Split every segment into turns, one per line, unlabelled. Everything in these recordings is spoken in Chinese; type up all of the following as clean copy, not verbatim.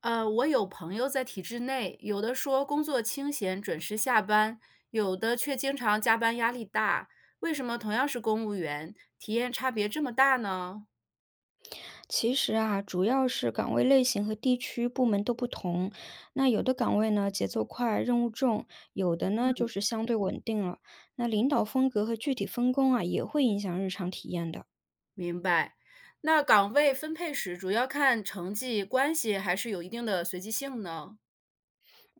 我有朋友在体制内，有的说工作清闲，准时下班，有的却经常加班，压力大。为什么同样是公务员，体验差别这么大呢？
其实啊，主要是岗位类型和地区部门都不同。那有的岗位呢，节奏快，任务重；有的呢，就是相对稳定了。那领导风格和具体分工啊，也会影响日常体验的。
明白。那岗位分配时主要看成绩、关系，还是有一定的随机性呢？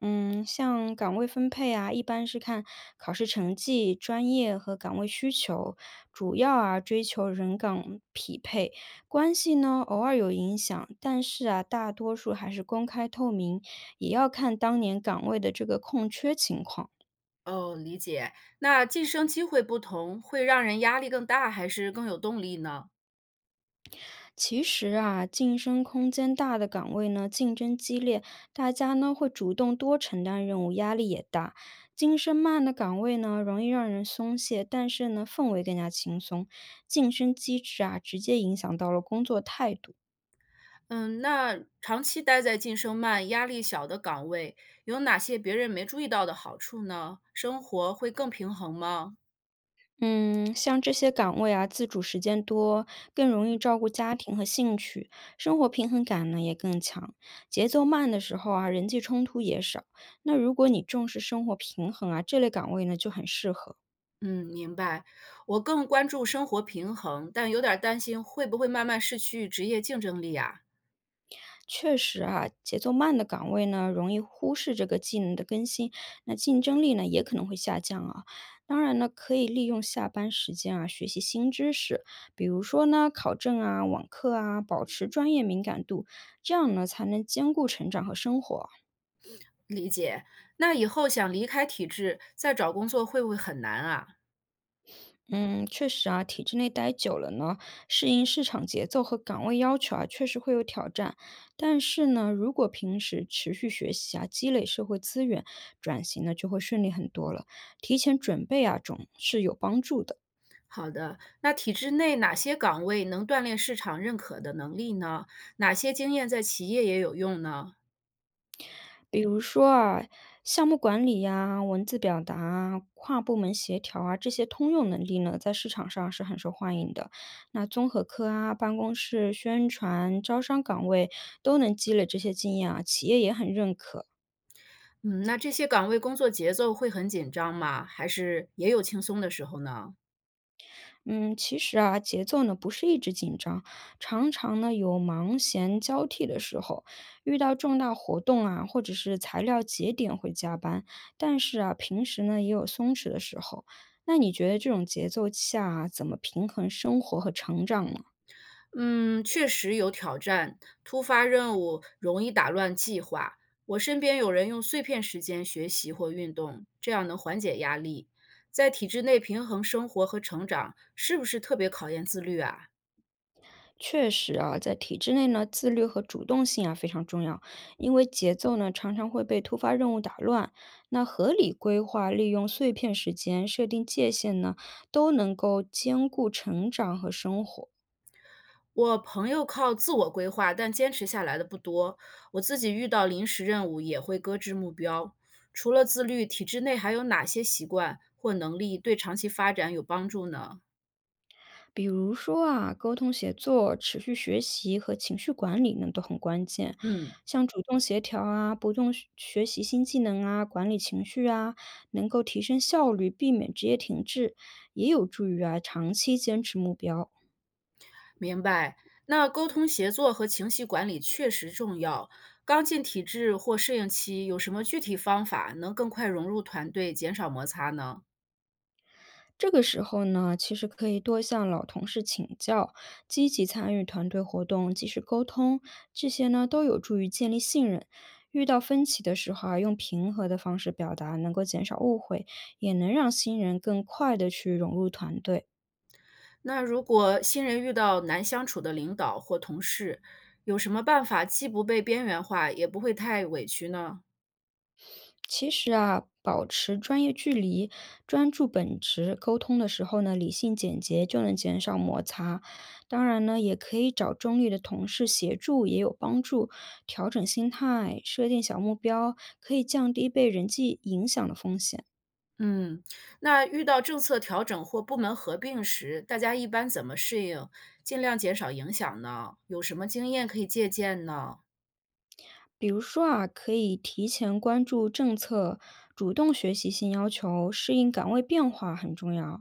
嗯，像岗位分配啊，一般是看考试成绩、专业和岗位需求，主要啊追求人岗匹配。关系呢，偶尔有影响，但是啊，大多数还是公开透明，也要看当年岗位的这个空缺情况。
哦，理解。那晋升机会不同，会让人压力更大，还是更有动力呢？
其实啊，晋升空间大的岗位呢，竞争激烈，大家呢会主动多承担任务，压力也大。晋升慢的岗位呢，容易让人松懈，但是呢，氛围更加轻松。晋升机制啊，直接影响到了工作态度。
嗯，那长期待在晋升慢、压力小的岗位，有哪些别人没注意到的好处呢？生活会更平衡吗？
嗯，像这些岗位啊，自主时间多，更容易照顾家庭和兴趣，生活平衡感呢也更强。节奏慢的时候啊，人际冲突也少。那如果你重视生活平衡啊，这类岗位呢就很适合。
嗯，明白。我更关注生活平衡，但有点儿担心会不会慢慢失去职业竞争力啊？
确实啊，节奏慢的岗位呢，容易忽视这个技能的更新，那竞争力呢也可能会下降啊。当然呢，可以利用下班时间啊，学习新知识，比如说呢，考证啊、网课啊，保持专业敏感度，这样呢才能兼顾成长和生活啊。
理解。那以后想离开体制再找工作会不会很难啊？
嗯，确实啊，体制内待久了呢，适应市场节奏和岗位要求啊，确实会有挑战。但是呢，如果平时持续学习啊，积累社会资源，转型呢就会顺利很多了。提前准备啊，总是有帮助的。
好的，那体制内哪些岗位能锻炼市场认可的能力呢？哪些经验在企业也有用呢？
比如说啊，项目管理呀、文字表达啊、跨部门协调啊，这些通用能力呢，在市场上是很受欢迎的。那综合科啊、办公室宣传、招商岗位都能积累这些经验啊，企业也很认可。
嗯，那这些岗位工作节奏会很紧张吗？还是也有轻松的时候呢？
嗯，其实啊，节奏呢不是一直紧张，常常呢有忙闲交替的时候，遇到重大活动啊，或者是材料节点会加班，但是啊，平时呢也有松弛的时候。那你觉得这种节奏下啊，怎么平衡生活和成长呢？
嗯，确实有挑战，突发任务容易打乱计划。我身边有人用碎片时间学习或运动，这样能缓解压力。在体制内平衡生活和成长，是不是特别考验自律啊？
确实啊，在体制内呢，自律和主动性啊非常重要，因为节奏呢常常会被突发任务打乱。那合理规划、利用碎片时间、设定界限呢，都能够兼顾成长和生活。
我朋友靠自我规划，但坚持下来的不多。我自己遇到临时任务也会搁置目标。除了自律，体制内还有哪些习惯或能力对长期发展有帮助呢？
比如说啊，沟通协作、持续学习和情绪管理呢都很关键。
嗯，
像主动协调啊，不动学学习新技能啊，管理情绪啊，能够提升效率，避免职业停滞，也有助于啊长期坚持目标。
明白。那沟通协作和情绪管理确实重要。刚进体制或适应期，有什么具体方法能更快融入团队，减少摩擦呢？
这个时候呢，其实可以多向老同事请教，积极参与团队活动，及时沟通，这些呢都有助于建立信任。遇到分歧的时候啊，用平和的方式表达，能够减少误会，也能让新人更快的去融入团队。
那如果新人遇到难相处的领导或同事，有什么办法既不被边缘化，也不会太委屈呢？
其实啊，保持专业距离，专注本职，沟通的时候呢，理性简洁就能减少摩擦。当然呢，也可以找中立的同事协助，也有帮助。调整心态，设定小目标，可以降低被人际影响的风险。
嗯，那遇到政策调整或部门合并时，大家一般怎么适应，尽量减少影响呢？有什么经验可以借鉴呢？
比如说啊，可以提前关注政策，主动学习新要求，适应岗位变化很重要啊。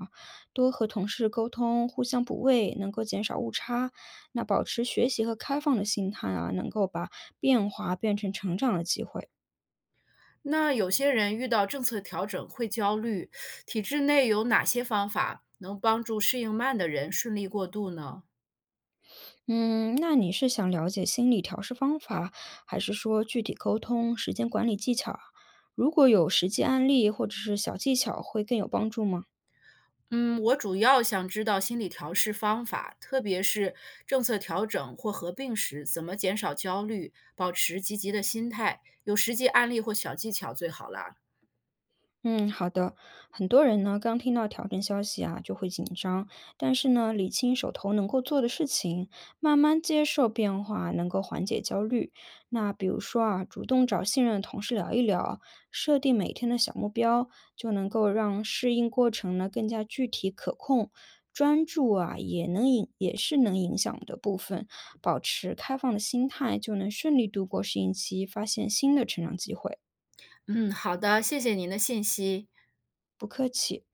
多和同事沟通，互相补位，能够减少误差。那保持学习和开放的心态啊，能够把变化变成成长的机会。
那有些人遇到政策调整会焦虑，体制内有哪些方法能帮助适应慢的人顺利过渡呢？
嗯，那你是想了解心理调试方法，还是说具体沟通、时间管理技巧啊？如果有实际案例或者是小技巧，会更有帮助吗？
嗯，我主要想知道心理调试方法，特别是政策调整或合并时，怎么减少焦虑，保持积极的心态。有实际案例或小技巧最好啦。
嗯，好的。很多人呢，刚听到调整消息啊，就会紧张。但是呢，理清手头能够做的事情，慢慢接受变化，能够缓解焦虑。那比如说啊，主动找信任的同事聊一聊，设定每天的小目标，就能够让适应过程呢更加具体可控。专注啊，也是能影响的部分。保持开放的心态，就能顺利度过适应期，发现新的成长机会。
嗯，好的，谢谢您的信息。
不客气。